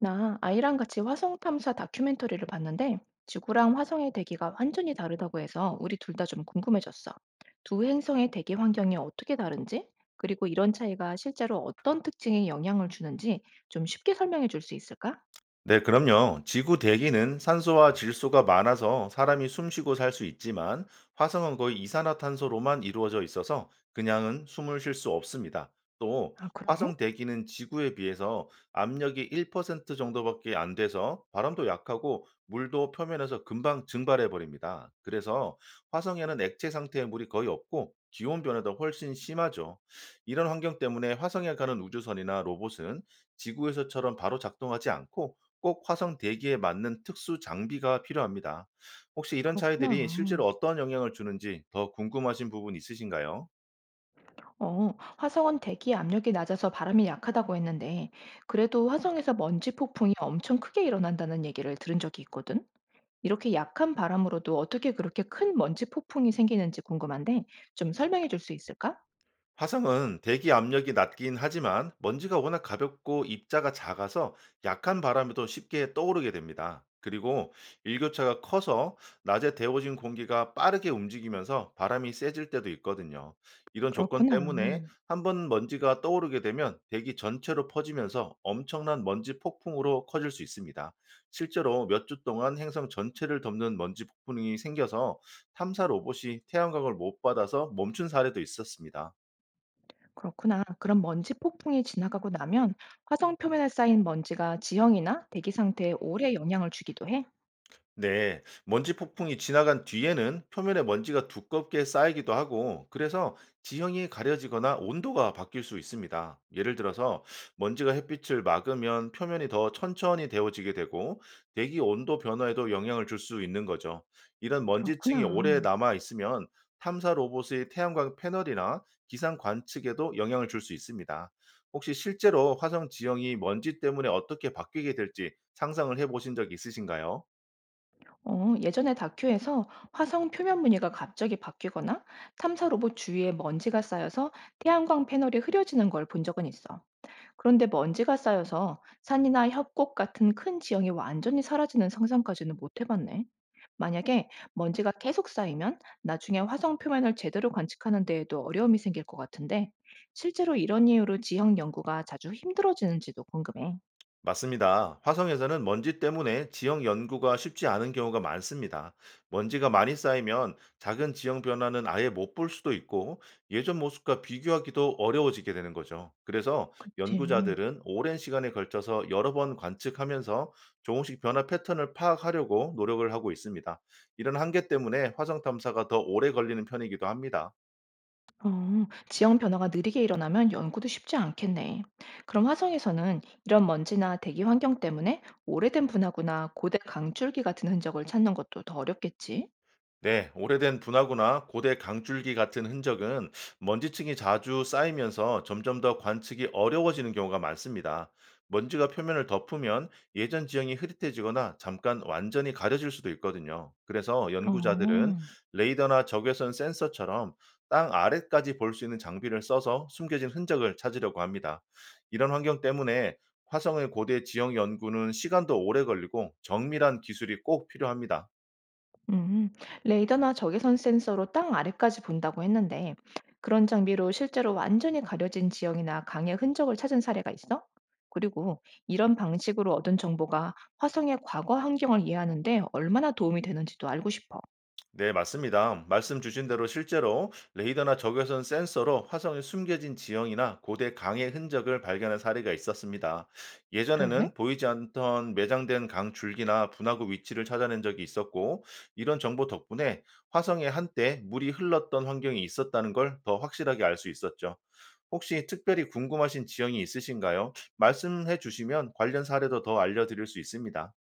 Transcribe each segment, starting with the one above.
나 아이랑 같이 화성 탐사 다큐멘터리를 봤는데 지구랑 화성의 대기가 완전히 다르다고 해서 우리 둘 다 좀 궁금해졌어. 두 행성의 대기 환경이 어떻게 다른지, 그리고 이런 차이가 실제로 어떤 특징에 영향을 주는지 좀 쉽게 설명해 줄 수 있을까? 네, 그럼요. 지구 대기는 산소와 질소가 많아서 사람이 숨쉬고 살 수 있지만, 화성은 거의 이산화탄소로만 이루어져 있어서 그냥은 숨을 쉴 수 없습니다. 또 아, 그래? 화성 대기는 지구에 비해서 압력이 1% 정도밖에 안 돼서 바람도 약하고 물도 표면에서 금방 증발해 버립니다. 그래서 화성에는 액체 상태의 물이 거의 없고, 기온 변화도 훨씬 심하죠. 이런 환경 때문에 화성에 가는 우주선이나 로봇은 지구에서처럼 바로 작동하지 않고, 꼭 화성 대기에 맞는 특수 장비가 필요합니다. 혹시 이런 차이들이 실제로 그렇구나. 어떤 영향을 주는지 더 궁금하신 부분 있으신가요? 화성은 대기 압력이 낮아서 바람이 약하다고 했는데, 그래도 화성에서 먼지 폭풍이 엄청 크게 일어난다는 얘기를 들은 적이 있거든. 이렇게 약한 바람으로도 어떻게 그렇게 큰 먼지 폭풍이 생기는지 궁금한데 좀 설명해 줄 수 있을까? 화성은 대기 압력이 낮긴 하지만 먼지가 워낙 가볍고 입자가 작아서 약한 바람에도 쉽게 떠오르게 됩니다. 그리고 일교차가 커서 낮에 데워진 공기가 빠르게 움직이면서 바람이 세질 때도 있거든요. 이런 조건 그렇구나. 때문에 한 번 먼지가 떠오르게 되면 대기 전체로 퍼지면서 엄청난 먼지 폭풍으로 커질 수 있습니다. 실제로 몇 주 동안 행성 전체를 덮는 먼지 폭풍이 생겨서 탐사 로봇이 태양광을 못 받아서 멈춘 사례도 있었습니다. 그렇구나. 그럼 먼지 폭풍이 지나가고 나면 화성 표면에 쌓인 먼지가 지형이나 대기 상태에 오래 영향을 주기도 해. 네, 먼지 폭풍이 지나간 뒤에는 표면에 먼지가 두껍게 쌓이기도 하고, 그래서 지형이 가려지거나 온도가 바뀔 수 있습니다. 예를 들어서 먼지가 햇빛을 막으면 표면이 더 천천히 데워지게 되고, 대기 온도 변화에도 영향을 줄 수 있는 거죠. 이런 먼지층이 그렇구나. 오래 남아 있으면 탐사 로봇의 태양광 패널이나 기상 관측에도 영향을 줄 수 있습니다. 혹시 실제로 화성 지형이 먼지 때문에 어떻게 바뀌게 될지 상상을 해보신 적 있으신가요? 예전에 다큐에서 화성 표면 무늬가 갑자기 바뀌거나 탐사 로봇 주위에 먼지가 쌓여서 태양광 패널이 흐려지는 걸 본 적은 있어. 그런데 먼지가 쌓여서 산이나 협곡 같은 큰 지형이 완전히 사라지는 상상까지는 못 해봤네. 만약에 먼지가 계속 쌓이면 나중에 화성 표면을 제대로 관측하는 데에도 어려움이 생길 것 같은데, 실제로 이런 이유로 지형 연구가 자주 힘들어지는지도 궁금해. 맞습니다. 화성에서는 먼지 때문에 지형 연구가 쉽지 않은 경우가 많습니다. 먼지가 많이 쌓이면 작은 지형 변화는 아예 못 볼 수도 있고, 예전 모습과 비교하기도 어려워지게 되는 거죠. 그래서 그치. 연구자들은 오랜 시간에 걸쳐서 여러 번 관측하면서 조금씩 변화 패턴을 파악하려고 노력을 하고 있습니다. 이런 한계 때문에 화성 탐사가 더 오래 걸리는 편이기도 합니다. 지형 변화가 느리게 일어나면 연구도 쉽지 않겠네. 그럼 화성에서는 이런 먼지나 대기 환경 때문에 오래된 분화구나 고대 강줄기 같은 흔적을 찾는 것도 더 어렵겠지? 네, 오래된 분화구나 고대 강줄기 같은 흔적은 먼지층이 자주 쌓이면서 점점 더 관측이 어려워지는 경우가 많습니다. 먼지가 표면을 덮으면 예전 지형이 흐릿해지거나 잠깐 완전히 가려질 수도 있거든요. 그래서 연구자들은 어. 레이더나 적외선 센서처럼 땅 아래까지 볼 수 있는 장비를 써서 숨겨진 흔적을 찾으려고 합니다. 이런 환경 때문에 화성의 고대 지형 연구는 시간도 오래 걸리고 정밀한 기술이 꼭 필요합니다. 음, 레이더나 적외선 센서로 땅 아래까지 본다고 했는데, 그런 장비로 실제로 완전히 가려진 지형이나 강의 흔적을 찾은 사례가 있어? 그리고 이런 방식으로 얻은 정보가 화성의 과거 환경을 이해하는데 얼마나 도움이 되는지도 알고 싶어. 네, 맞습니다. 말씀 주신 대로 실제로 레이더나 적외선 센서로 화성의 숨겨진 지형이나 고대 강의 흔적을 발견한 사례가 있었습니다. 그래? 예전에는 보이지 않던 매장된 강 줄기나 분화구 위치를 찾아낸 적이 있었고, 이런 정보 덕분에 화성에 한때 물이 흘렀던 환경이 있었다는 걸 더 확실하게 알 수 있었죠. 혹시 특별히 궁금하신 지형이 있으신가요? 말씀해 주시면 관련 사례도 더 알려드릴 수 있습니다.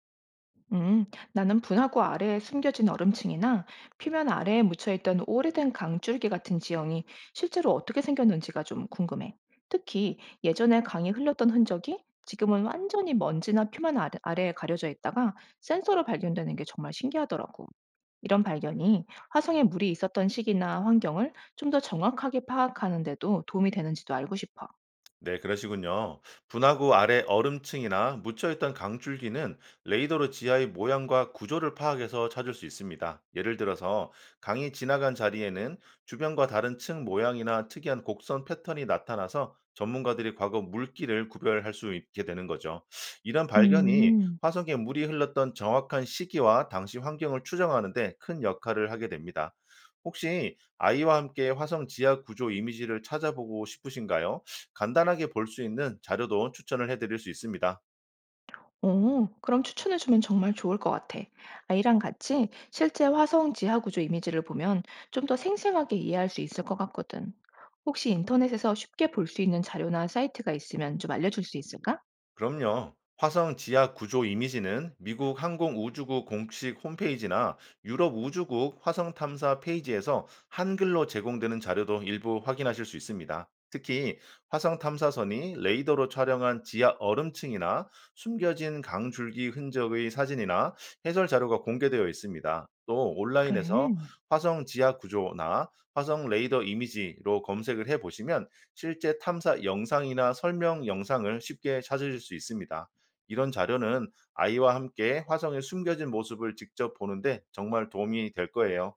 음, 나는 분화구 아래에 숨겨진 얼음층이나 표면 아래에 묻혀있던 오래된 강줄기 같은 지형이 실제로 어떻게 생겼는지가 좀 궁금해. 특히 예전에 강이 흘렀던 흔적이 지금은 완전히 먼지나 표면 아래에 가려져 있다가 센서로 발견되는 게 정말 신기하더라고. 이런 발견이 화성에 물이 있었던 시기나 환경을 좀 더 정확하게 파악하는 데도 도움이 되는지도 알고 싶어. 네, 그러시군요. 분화구 아래 얼음층이나 묻혀있던 강줄기는 레이더로 지하의 모양과 구조를 파악해서 찾을 수 있습니다. 예를 들어서 강이 지나간 자리에는 주변과 다른 층 모양이나 특이한 곡선 패턴이 나타나서 전문가들이 과거 물길을 구별할 수 있게 되는 거죠. 이런 발견이 음. 화성에 물이 흘렀던 정확한 시기와 당시 환경을 추정하는 데 큰 역할을 하게 됩니다. 혹시 아이와 함께 화성 지하 구조 이미지를 찾아보고 싶으신가요? 간단하게 볼 수 있는 자료도 추천을 해드릴 수 있습니다. 오, 그럼 추천해주면 정말 좋을 것 같아. 아이랑 같이 실제 화성 지하 구조 이미지를 보면 좀 더 생생하게 이해할 수 있을 것 같거든. 혹시 인터넷에서 쉽게 볼 수 있는 자료나 사이트가 있으면 좀 알려줄 수 있을까? 그럼요. 화성 지하 구조 이미지는 미국 항공우주국 공식 홈페이지나 유럽우주국 화성 탐사 페이지에서 한글로 제공되는 자료도 일부 확인하실 수 있습니다. 특히 화성 탐사선이 레이더로 촬영한 지하 얼음층이나 숨겨진 강줄기 흔적의 사진이나 해설 자료가 공개되어 있습니다. 또 온라인에서 그래. 화성 지하 구조나 화성 레이더 이미지로 검색을 해 보시면 실제 탐사 영상이나 설명 영상을 쉽게 찾으실 수 있습니다. 이런 자료는 아이와 함께 화성의 숨겨진 모습을 직접 보는데 정말 도움이 될 거예요.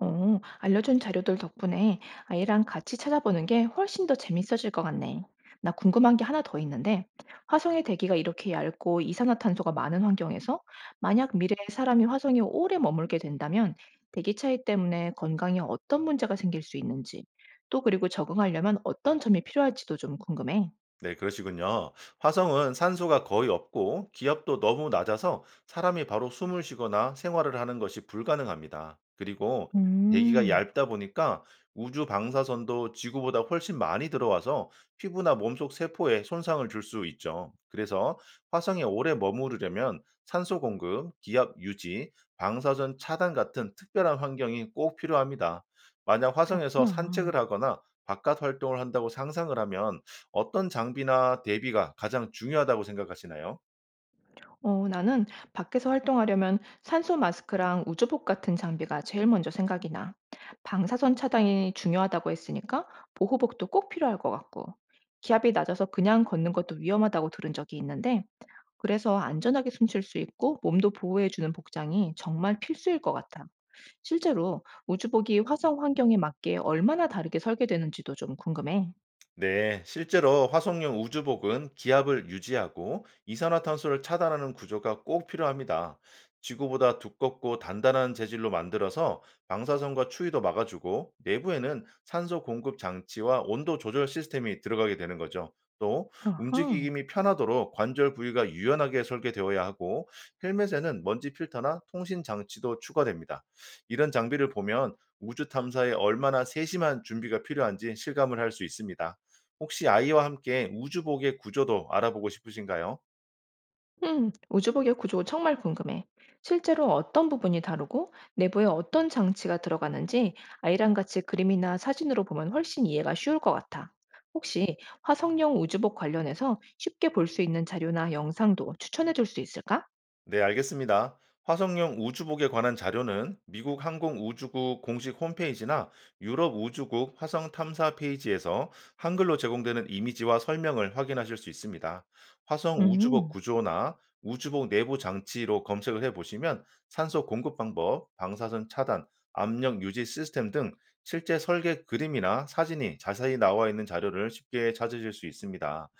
알려준 자료들 덕분에 아이랑 같이 찾아보는 게 훨씬 더 재밌어질 것 같네. 나 궁금한 게 하나 더 있는데, 화성의 대기가 이렇게 얇고 이산화탄소가 많은 환경에서 만약 미래에 사람이 화성에 오래 머물게 된다면 대기 차이 때문에 건강에 어떤 문제가 생길 수 있는지, 또 그리고 적응하려면 어떤 점이 필요할지도 좀 궁금해. 네, 그러시군요. 화성은 산소가 거의 없고 기압도 너무 낮아서 사람이 바로 숨을 쉬거나 생활을 하는 것이 불가능합니다. 그리고 대기가 음, 얇다 보니까 우주 방사선도 지구보다 훨씬 많이 들어와서 피부나 몸속 세포에 손상을 줄 수 있죠. 그래서 화성에 오래 머무르려면 산소 공급, 기압 유지, 방사선 차단 같은 특별한 환경이 꼭 필요합니다. 만약 화성에서 그렇구나. 산책을 하거나 바깥 활동을 한다고 상상을 하면 어떤 장비나 대비가 가장 중요하다고 생각하시나요? 나는 밖에서 활동하려면 산소 마스크랑 우주복 같은 장비가 제일 먼저 생각이 나. 방사선 차단이 중요하다고 했으니까 보호복도 꼭 필요할 것 같고. 기압이 낮아서 그냥 걷는 것도 위험하다고 들은 적이 있는데, 그래서 안전하게 숨 쉴 수 있고 몸도 보호해주는 복장이 정말 필수일 것 같아. 실제로 우주복이 화성 환경에 맞게 얼마나 다르게 설계되는지도 좀 궁금해. 네, 실제로 화석용 우주복은 기압을 유지하고 이산화탄소를 차단하는 구조가 꼭 필요합니다. 지구보다 두껍고 단단한 재질로 만들어서 방사선과 추위도 막아주고, 내부에는 산소 공급 장치와 온도 조절 시스템이 들어가게 되는 거죠. 또 아하. 움직임이 편하도록 관절 부위가 유연하게 설계되어야 하고, 헬멧에는 먼지 필터나 통신 장치도 추가됩니다. 이런 장비를 보면 우주 탐사에 얼마나 세심한 준비가 필요한지 실감을 할 수 있습니다. 혹시 아이와 함께 우주복의 구조도 알아보고 싶으신가요? 우주복의 구조 정말 궁금해. 실제로 어떤 부분이 다르고 내부에 어떤 장치가 들어가는지 아이랑 같이 그림이나 사진으로 보면 훨씬 이해가 쉬울 것 같아. 혹시 화성용 우주복 관련해서 쉽게 볼 수 있는 자료나 영상도 추천해 줄 수 있을까? 네, 알겠습니다. 화성용 우주복에 관한 자료는 미국 항공우주국 공식 홈페이지나 유럽 우주국 화성 탐사 페이지에서 한글로 제공되는 이미지와 설명을 확인하실 수 있습니다. 화성 우주복 음, 구조나 우주복 내부 장치로 검색을 해 보시면 산소 공급 방법, 방사선 차단, 압력 유지 시스템 등 실제 설계 그림이나 사진이 자세히 나와 있는 자료를 쉽게 찾으실 수 있습니다.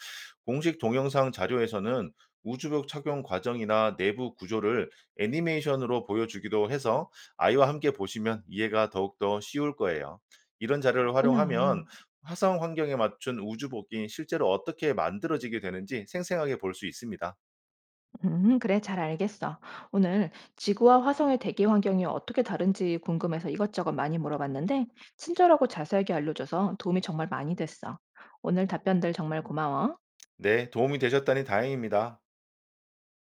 공식 동영상 자료에서는 우주복 착용 과정이나 내부 구조를 애니메이션으로 보여주기도 해서 아이와 함께 보시면 이해가 더욱더 쉬울 거예요. 이런 자료를 그렇구나. 활용하면 화성 환경에 맞춘 우주복이 실제로 어떻게 만들어지게 되는지 생생하게 볼 수 있습니다. 그래, 잘 알겠어. 오늘 지구와 화성의 대기 환경이 어떻게 다른지 궁금해서 이것저것 많이 물어봤는데, 친절하고 자세하게 알려줘서 도움이 정말 많이 됐어. 오늘 답변들 정말 고마워. 네, 도움이 되셨다니 다행입니다.